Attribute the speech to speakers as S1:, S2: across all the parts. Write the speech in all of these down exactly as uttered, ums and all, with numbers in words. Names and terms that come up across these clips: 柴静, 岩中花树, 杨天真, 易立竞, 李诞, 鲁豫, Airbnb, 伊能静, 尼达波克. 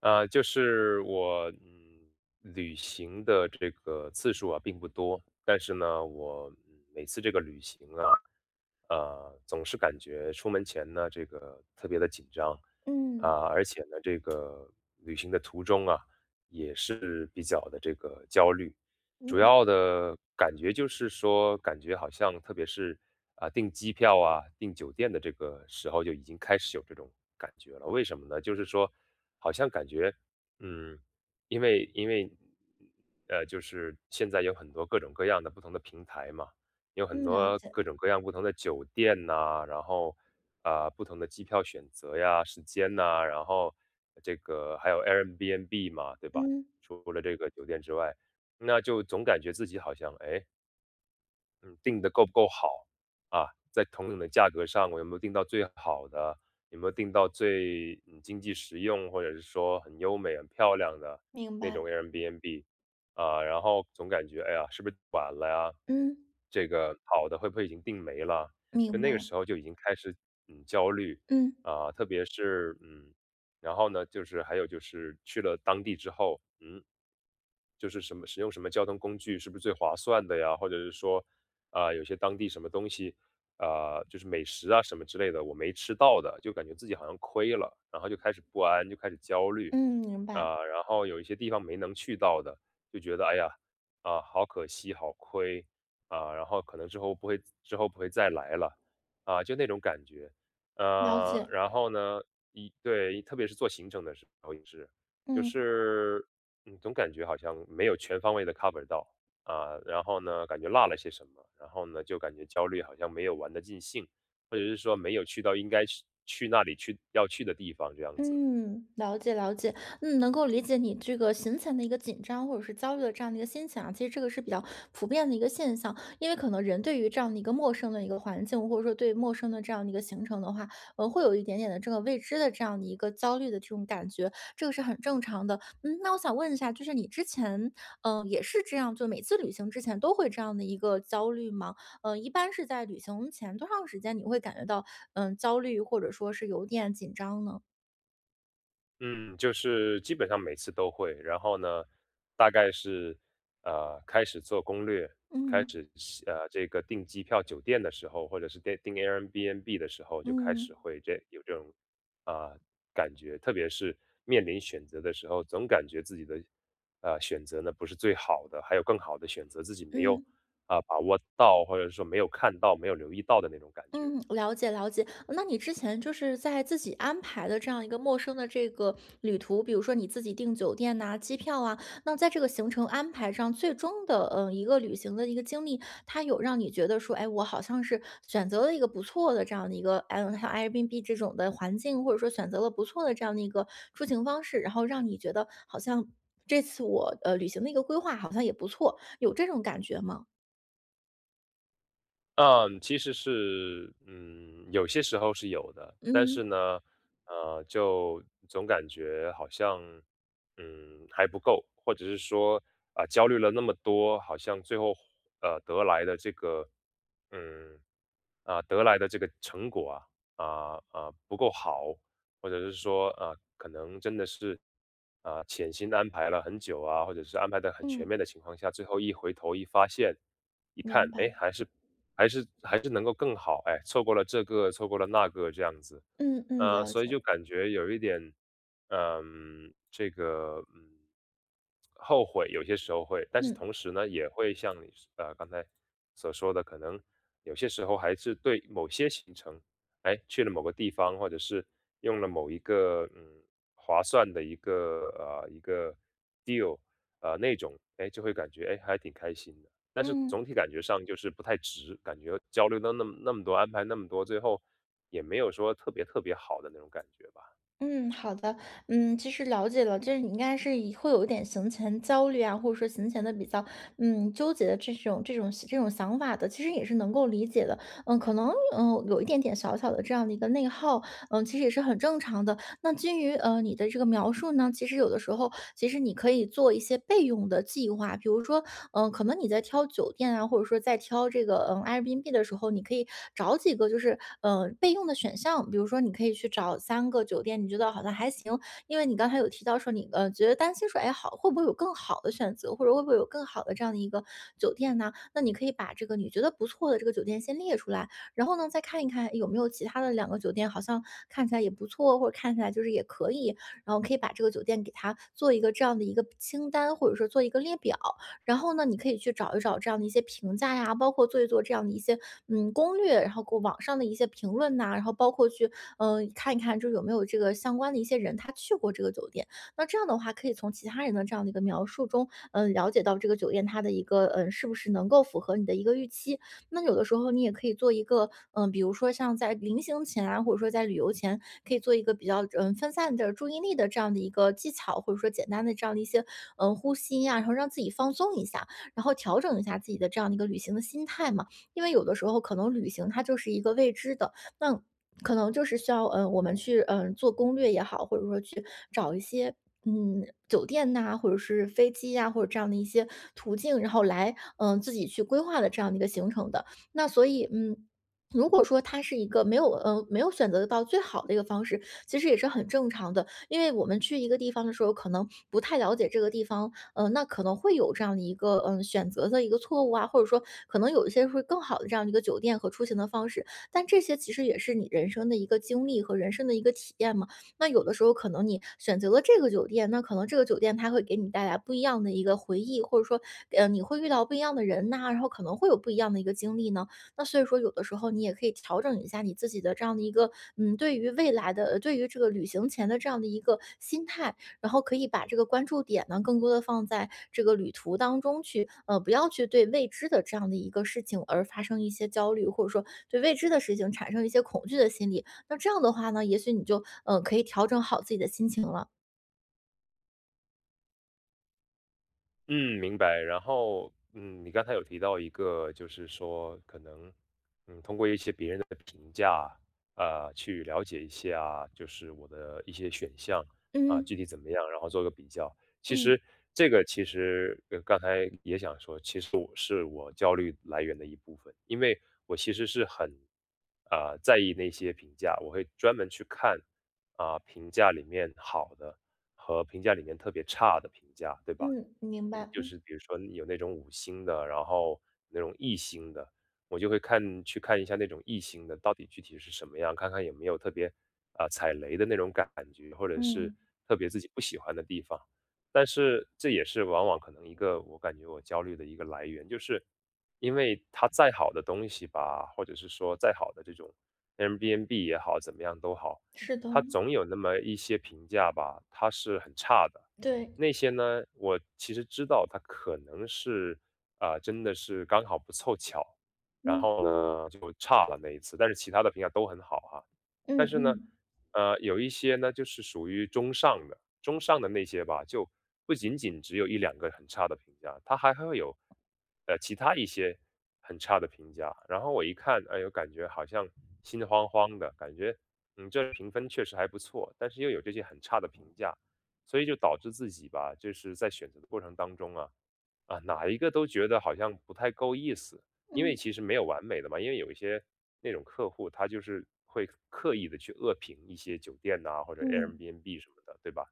S1: 呃，就是我嗯，旅行的这个次数啊并不多，但是呢，我嗯每次这个旅行啊，呃，总是感觉出门前呢，这个特别的紧张
S2: 嗯，
S1: 啊。而且呢，这个旅行的途中啊，也是比较的这个焦虑。主
S2: 嗯，
S1: 要的感觉就是说，感觉好像特别是啊订机票啊、订酒店的这个时候就已经开始有这种感觉了。为什么呢？就是说，好像感觉，嗯，因为因为呃，就是现在有很多各种各样的不同的平台嘛，有很
S2: 嗯，了
S1: 多
S2: 解，
S1: 各种各样不同的酒店呐、然后啊、不同的机票选择呀、时间呐，然后这个还有 Airbnb 嘛，对吧？
S2: 嗯，
S1: 除了这个酒店之外，那就总感觉自己好像，哎，嗯，定的够不够好啊？在同等的价格上，我有没有定到最好的？有没有定到最嗯经济实用，或者是说很优美、很漂亮的
S2: 明
S1: 那
S2: 白，
S1: 种 Airbnb 啊？然后总感觉哎呀，是不是晚了呀？
S2: 嗯，
S1: 这个好的会不会已经定没了？就
S2: 明
S1: 那个
S2: 白，
S1: 时候就已经开始嗯焦虑
S2: 嗯，
S1: 啊，特别是嗯，然后呢，就是还有就是去了当地之后，嗯，就是什么使用什么交通工具是不是最划算的呀？或者是说啊、有些当地什么东西，啊、就是美食啊什么之类的，我没吃到的，就感觉自己好像亏了，然后就开始不安，就开始焦虑，
S2: 嗯，明白，
S1: 啊、然后有一些地方没能去到的，就觉得哎呀，啊、好可惜，好亏，啊、然后可能之后不会之后不会再来了，啊、就那种感觉。
S2: 了
S1: 呃，
S2: 解，
S1: 然后呢，一对，特别是做行程的时候也是，就
S2: 嗯。
S1: 是嗯，总感觉好像没有全方位的 cover 到啊。然后呢，感觉落了些什么，然后呢，就感觉焦虑，好像没有玩得尽兴，或者是说没有去到应该去去那里去要去的地方这样子。
S2: 嗯，了解了解，嗯，能够理解你这个行前的一个紧张或者是焦虑的这样的一个心情啊。其实这个是比较普遍的一个现象，因为可能人对于这样的一个陌生的一个环境，或者说对陌生的这样的一个行程的话，呃，会有一点点的这个未知的这样的一个焦虑的这种感觉，这个是很正常的。嗯，那我想问一下，就是你之前，嗯、也是这样，就每次旅行之前都会这样的一个焦虑吗？嗯、一般是在旅行前多长时间你会感觉到，嗯、焦虑或者说是有点紧张呢？
S1: 嗯，就是基本上每次都会，然后呢，大概是呃开始做攻略，开
S2: 嗯
S1: 始呃这个订机票、酒店的时候，或者是订订 Airbnb 的时候，就开始
S2: 嗯
S1: 会这有这种啊、感觉。特别是面临选择的时候，总感觉自己的呃选择呢不是最好的，还有更好的选择自己没有
S2: 嗯
S1: 啊、把握到，或者说没有看到、没有留意到的那种感觉。
S2: 嗯，了解了解。那你之前就是在自己安排的这样一个陌生的这个旅途，比如说你自己订酒店呐、机票啊，那在这个行程安排上，最终的嗯、呃一个旅行的一个经历，它有让你觉得说，哎，我好像是选择了一个不错的这样的一个，嗯，像 Airbnb 这种的环境，或者说选择了不错的这样的一个出行方式，然后让你觉得好像这次我呃旅行的一个规划好像也不错，有这种感觉吗？
S1: 嗯，其实是，嗯，有些时候是有的，但
S2: 嗯
S1: 是呢，呃，就总感觉好像，嗯，还不够，或者是说，啊、焦虑了那么多，好像最后，呃，得来的这个，嗯，啊、得来的这个成果啊，啊、啊、不够好，或者是说，啊、可能真的是，啊、潜心安排了很久啊，或者是安排的很全
S2: 嗯。
S1: 面的情况下，最后一回头一发现。一看，
S2: 明
S1: 哎，
S2: 白，
S1: 还是还是还是能够更好，哎，错过了这个，错过了那个这样子。
S2: 嗯嗯，
S1: 呃，
S2: 了
S1: 所以
S2: 解，
S1: 就感觉有一点，嗯，这个嗯，后悔，有些时候会，但是
S2: 嗯
S1: 同时呢，也会像你呃刚才所说的，可能有些时候还是对某些行程，哎，去了某个地方，或者是用了某一个嗯划算的一个呃一个 deal,呃那种，哎，就会感觉哎还挺开心的。但是
S2: 嗯
S1: 总体感觉上就是不太值，感觉交流的那么那么多，安排那么多，最后也没有说特别特别好的那种感觉吧。
S2: 嗯，好的，嗯，其实了解了，就是你应该是以会有一点行前焦虑啊，或者说行前的比较嗯纠结的这种这种这种想法的，其实也是能够理解的，嗯，可能嗯有一点点小小的这样的一个内耗，嗯，其实也是很正常的，那基于呃你的这个描述呢，其实有的时候，其实你可以做一些备用的计划，比如说，嗯、可能你在挑酒店啊，或者说在挑这个嗯 Airbnb 的时候，你可以找几个就是嗯呃备用的选项，比如说你可以去找三个酒店，你觉得好像还行，因为你刚才有提到说你呃觉得担心说，哎好会不会有更好的选择，或者会不会有更好的这样的一个酒店呢？那你可以把这个你觉得不错的这个酒店先列出来。然后呢，再看一看有没有其他的两个酒店，好像看起来也不错，或者看起来就是也可以，然后可以把这个酒店给它做一个这样的一个清单，或者说做一个列表。然后呢，你可以去找一找这样的一些评价呀，包括做一做这样的一些嗯攻略，然后过网上的一些评论呐、然后包括去嗯、呃看一看，就是有没有这个相关的一些人他去过这个酒店。那这样的话，可以从其他人的这样的一个描述中，嗯、了解到这个酒店它的一个嗯、呃是不是能够符合你的一个预期。那有的时候你也可以做一个，嗯、比如说像在临行前啊，或者说在旅游前，可以做一个比较嗯分散的注意力的这样的一个技巧，或者说简单的这样的一些嗯呼吸呀、然后让自己放松一下，然后调整一下自己的这样的一个旅行的心态嘛。因为有的时候可能旅行它就是一个未知的，那可能就是需要，嗯，我们去，嗯，做攻略也好，或者说去找一些，嗯，酒店呐、或者是飞机呀、或者这样的一些途径，然后来，嗯、自己去规划的这样的一个行程的。那所以，嗯。如果说它是一个没有呃没有选择到最好的一个方式，其实也是很正常的，因为我们去一个地方的时候，可能不太了解这个地方，呃，那可能会有这样的一个嗯、呃选择的一个错误啊，或者说可能有一些会更好的这样的一个酒店和出行的方式。但这些其实也是你人生的一个经历和人生的一个体验嘛。那有的时候可能你选择了这个酒店，那可能这个酒店它会给你带来不一样的一个回忆，或者说，呃，你会遇到不一样的人呐、然后可能会有不一样的一个经历呢。那所以说，有的时候你也可以调整一下你自己的这样的一个，嗯，对于未来的，呃对于这个旅行前的这样的一个心态。然后可以把这个关注点呢，更多的放在这个旅途当中去，呃，不要去对未知的这样的一个事情而发生一些焦虑，或者说对未知的事情产生一些恐惧的心理。那这样的话呢，也许你就，呃，可以调整好自己的心情了。
S1: 嗯，明白。然后，嗯，你刚才有提到一个，就是说可能，嗯，通过一些别人的评价，啊，去了解一下，就是我的一些选项啊，
S2: 嗯，
S1: 具体怎么样，然后做个比较。其
S2: 嗯，
S1: 实这个其实，呃，刚才也想说，其实我是我焦虑来源的一部分，因为我其实是很，啊、在意那些评价，我会专门去看啊、评价里面好的和评价里面特别差的评价，对吧？
S2: 嗯，明
S1: 嗯，
S2: 白，
S1: 就是比如说有那种五星的，然后那种一星的，我就会看去看一下那种一星的到底具体是什么样，看看有没有特别啊、踩雷的那种感觉，或者是
S2: 嗯，
S1: 特别自己不喜欢的地方。但是这也是往往可能一个我感觉我焦虑的一个来源，就是因为它再好的东西吧，或者是说再好的这种 Airbnb 也好，怎么样都好，
S2: 是的，
S1: 它总有那么一些评价吧，它是很差的。
S2: 对，
S1: 那些呢，我其实知道它可能是，啊，真的是刚好不凑巧，然
S2: 嗯，
S1: 后呢，就差了那一次，但是其他的评价都很好哈。
S2: 嗯
S1: 但是呢，
S2: 嗯，
S1: 呃，有一些呢，就是属于中上的，中上的那些吧，就不仅仅只有一两个很差的评价，它还会有，呃，其他一些很差的评价。然后我一看，哎哟，感觉好像心慌慌的，感觉，嗯，这评分确实还不错，但是又有这些很差的评价，所以就导致自己吧，就是在选择的过程当中啊，啊，哪一个都觉得好像不太够意思，因为
S2: 嗯，
S1: 其实没有完美的嘛，因为有一些那种客户他就是会刻意的去恶评一些酒店呐、或者
S2: 嗯，
S1: Airbnb 什么的，对吧？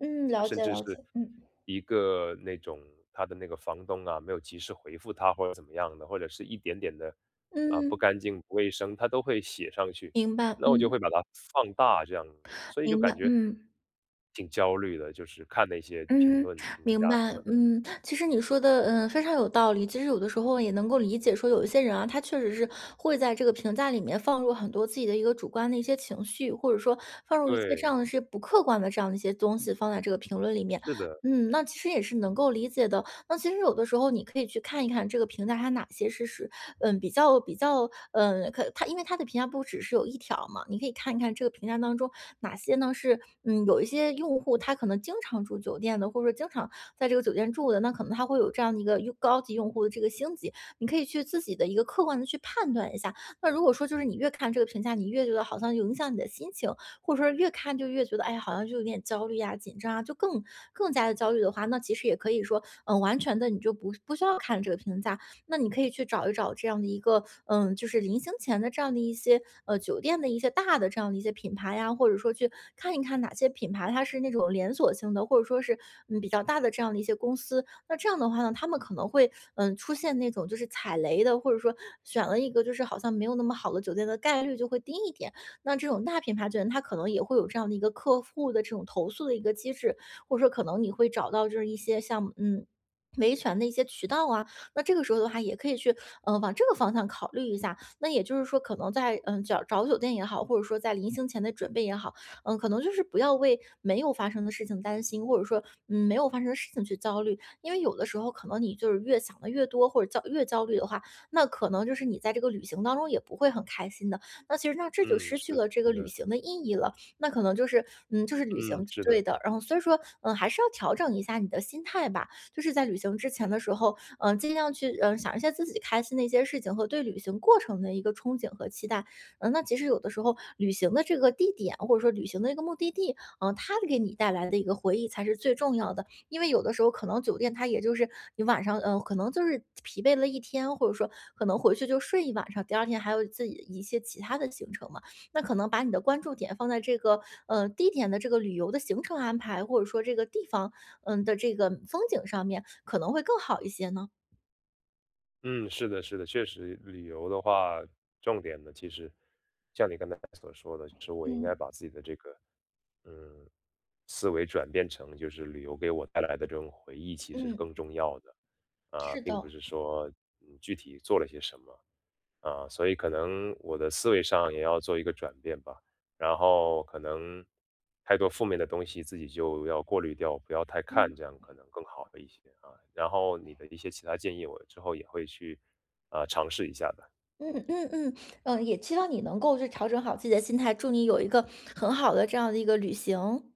S2: 嗯，了
S1: 甚
S2: 解
S1: 至
S2: 了
S1: 是
S2: 解，嗯。
S1: 一个那种他的那个房东啊没有及时回复他或者怎么样的，或者是一点点的啊不
S2: 嗯，
S1: 干净不卫生，他都会写上去，
S2: 明白，
S1: 那我就
S2: 嗯，
S1: 会把它放大这样子，所以就
S2: 明白，
S1: 感觉
S2: 嗯。
S1: 挺焦虑的，就是看那些评
S2: 嗯，
S1: 论、评价
S2: 明
S1: 什
S2: 白。
S1: 么的。
S2: 嗯，其实你说的，嗯，非常有道理。其实有的时候也能够理解，说有一些人啊，他确实是会在这个评价里面放入很多自己的一个主观的一些情绪，或者说放入一些这
S1: 对，
S2: 样的是不客观的这样的一些东西放在这个评论里面。
S1: 是的，
S2: 嗯，那其实也是能够理解的。那其实有的时候你可以去看一看这个评价，它哪些是是嗯比较比较嗯可它因为它的评价不只是有一条嘛，你可以看一看这个评价当中哪些呢是嗯有一些用户他可能经常住酒店的，或者说经常在这个酒店住的，那可能他会有这样的一个用高级用户的这个星级，你可以去自己的一个客观的去判断一下。那如果说就是你越看这个评价，你越觉得好像影响你的心情，或者说越看就越觉得，哎呀，好像就有点焦虑呀、紧张啊，就更更加的焦虑的话，那其实也可以说，嗯，完全的你就不不需要看这个评价，那你可以去找一找这样的一个，嗯，就是临行前的这样的一些呃酒店的一些大的这样的一些品牌呀，或者说去看一看哪些品牌它是那种连锁性的，或者说是嗯比较大的这样的一些公司。那这样的话呢，他们可能会嗯出现那种就是踩雷的，或者说选了一个就是好像没有那么好的酒店的概率就会低一点。那这种大品牌酒店，它可能也会有这样的一个客户的这种投诉的一个机制，或者说可能你会找到就是一些像嗯。维权的一些渠道啊，那这个时候的话，也可以去，嗯往这个方向考虑一下。那也就是说，可能在嗯找找酒店也好，或者说在临行前的准备也好，嗯，可能就是不要为没有发生的事情担心，或者说嗯没有发生的事情去焦虑，因为有的时候可能你就是越想的越多，或者焦越焦虑的话，那可能就是你在这个旅行当中也不会很开心的。那其实那这就
S1: 嗯，
S2: 失去
S1: 是
S2: 了这个旅
S1: 的，
S2: 行的意义了，那可能就是，嗯，就是旅
S1: 嗯，
S2: 行
S1: 是
S2: 对
S1: 的，
S2: 的。然后所以说，嗯，还是要调整一下你的心态吧，就是在旅行之前的时候，嗯，尽量去，嗯，想一些自己开心的一些事情和对旅行过程的一个憧憬和期待。嗯，那其实有的时候旅行的这个地点，或者说旅行的一个目的地，嗯，它给你带来的一个回忆才是最重要的。因为有的时候可能酒店它也就是你晚上，嗯，呃可能就是疲惫了一天，或者说可能回去就睡一晚上，第二天还有自己一些其他的行程嘛。那可能把你的关注点放在这个，呃，地点的这个旅游的行程安排，或者说这个地方，嗯的这个风景上面，可能会更好一些呢？
S1: 嗯，是的，是的，确实旅游的话，重点呢，其实像你刚才所说的，是我应
S2: 嗯，
S1: 该把自己的这个，嗯，思维转变成就是旅游给我带来的这种回忆，其实是
S2: 嗯，
S1: 更重要的啊，
S2: 是
S1: 并不
S2: 的，
S1: 是说嗯具体做了些什么。啊，所以可能我的思维上也要做一个转变吧。然后可能太多负面的东西自己就要过滤掉，不要太看，这
S2: 嗯。
S1: 样可能更好的一些啊。然后你的一些其他建议，我之后也会去啊尝试一下的。
S2: 嗯嗯嗯，呃，也期望你能够去调整好自己的心态，祝你有一个很好的这样的一个旅行。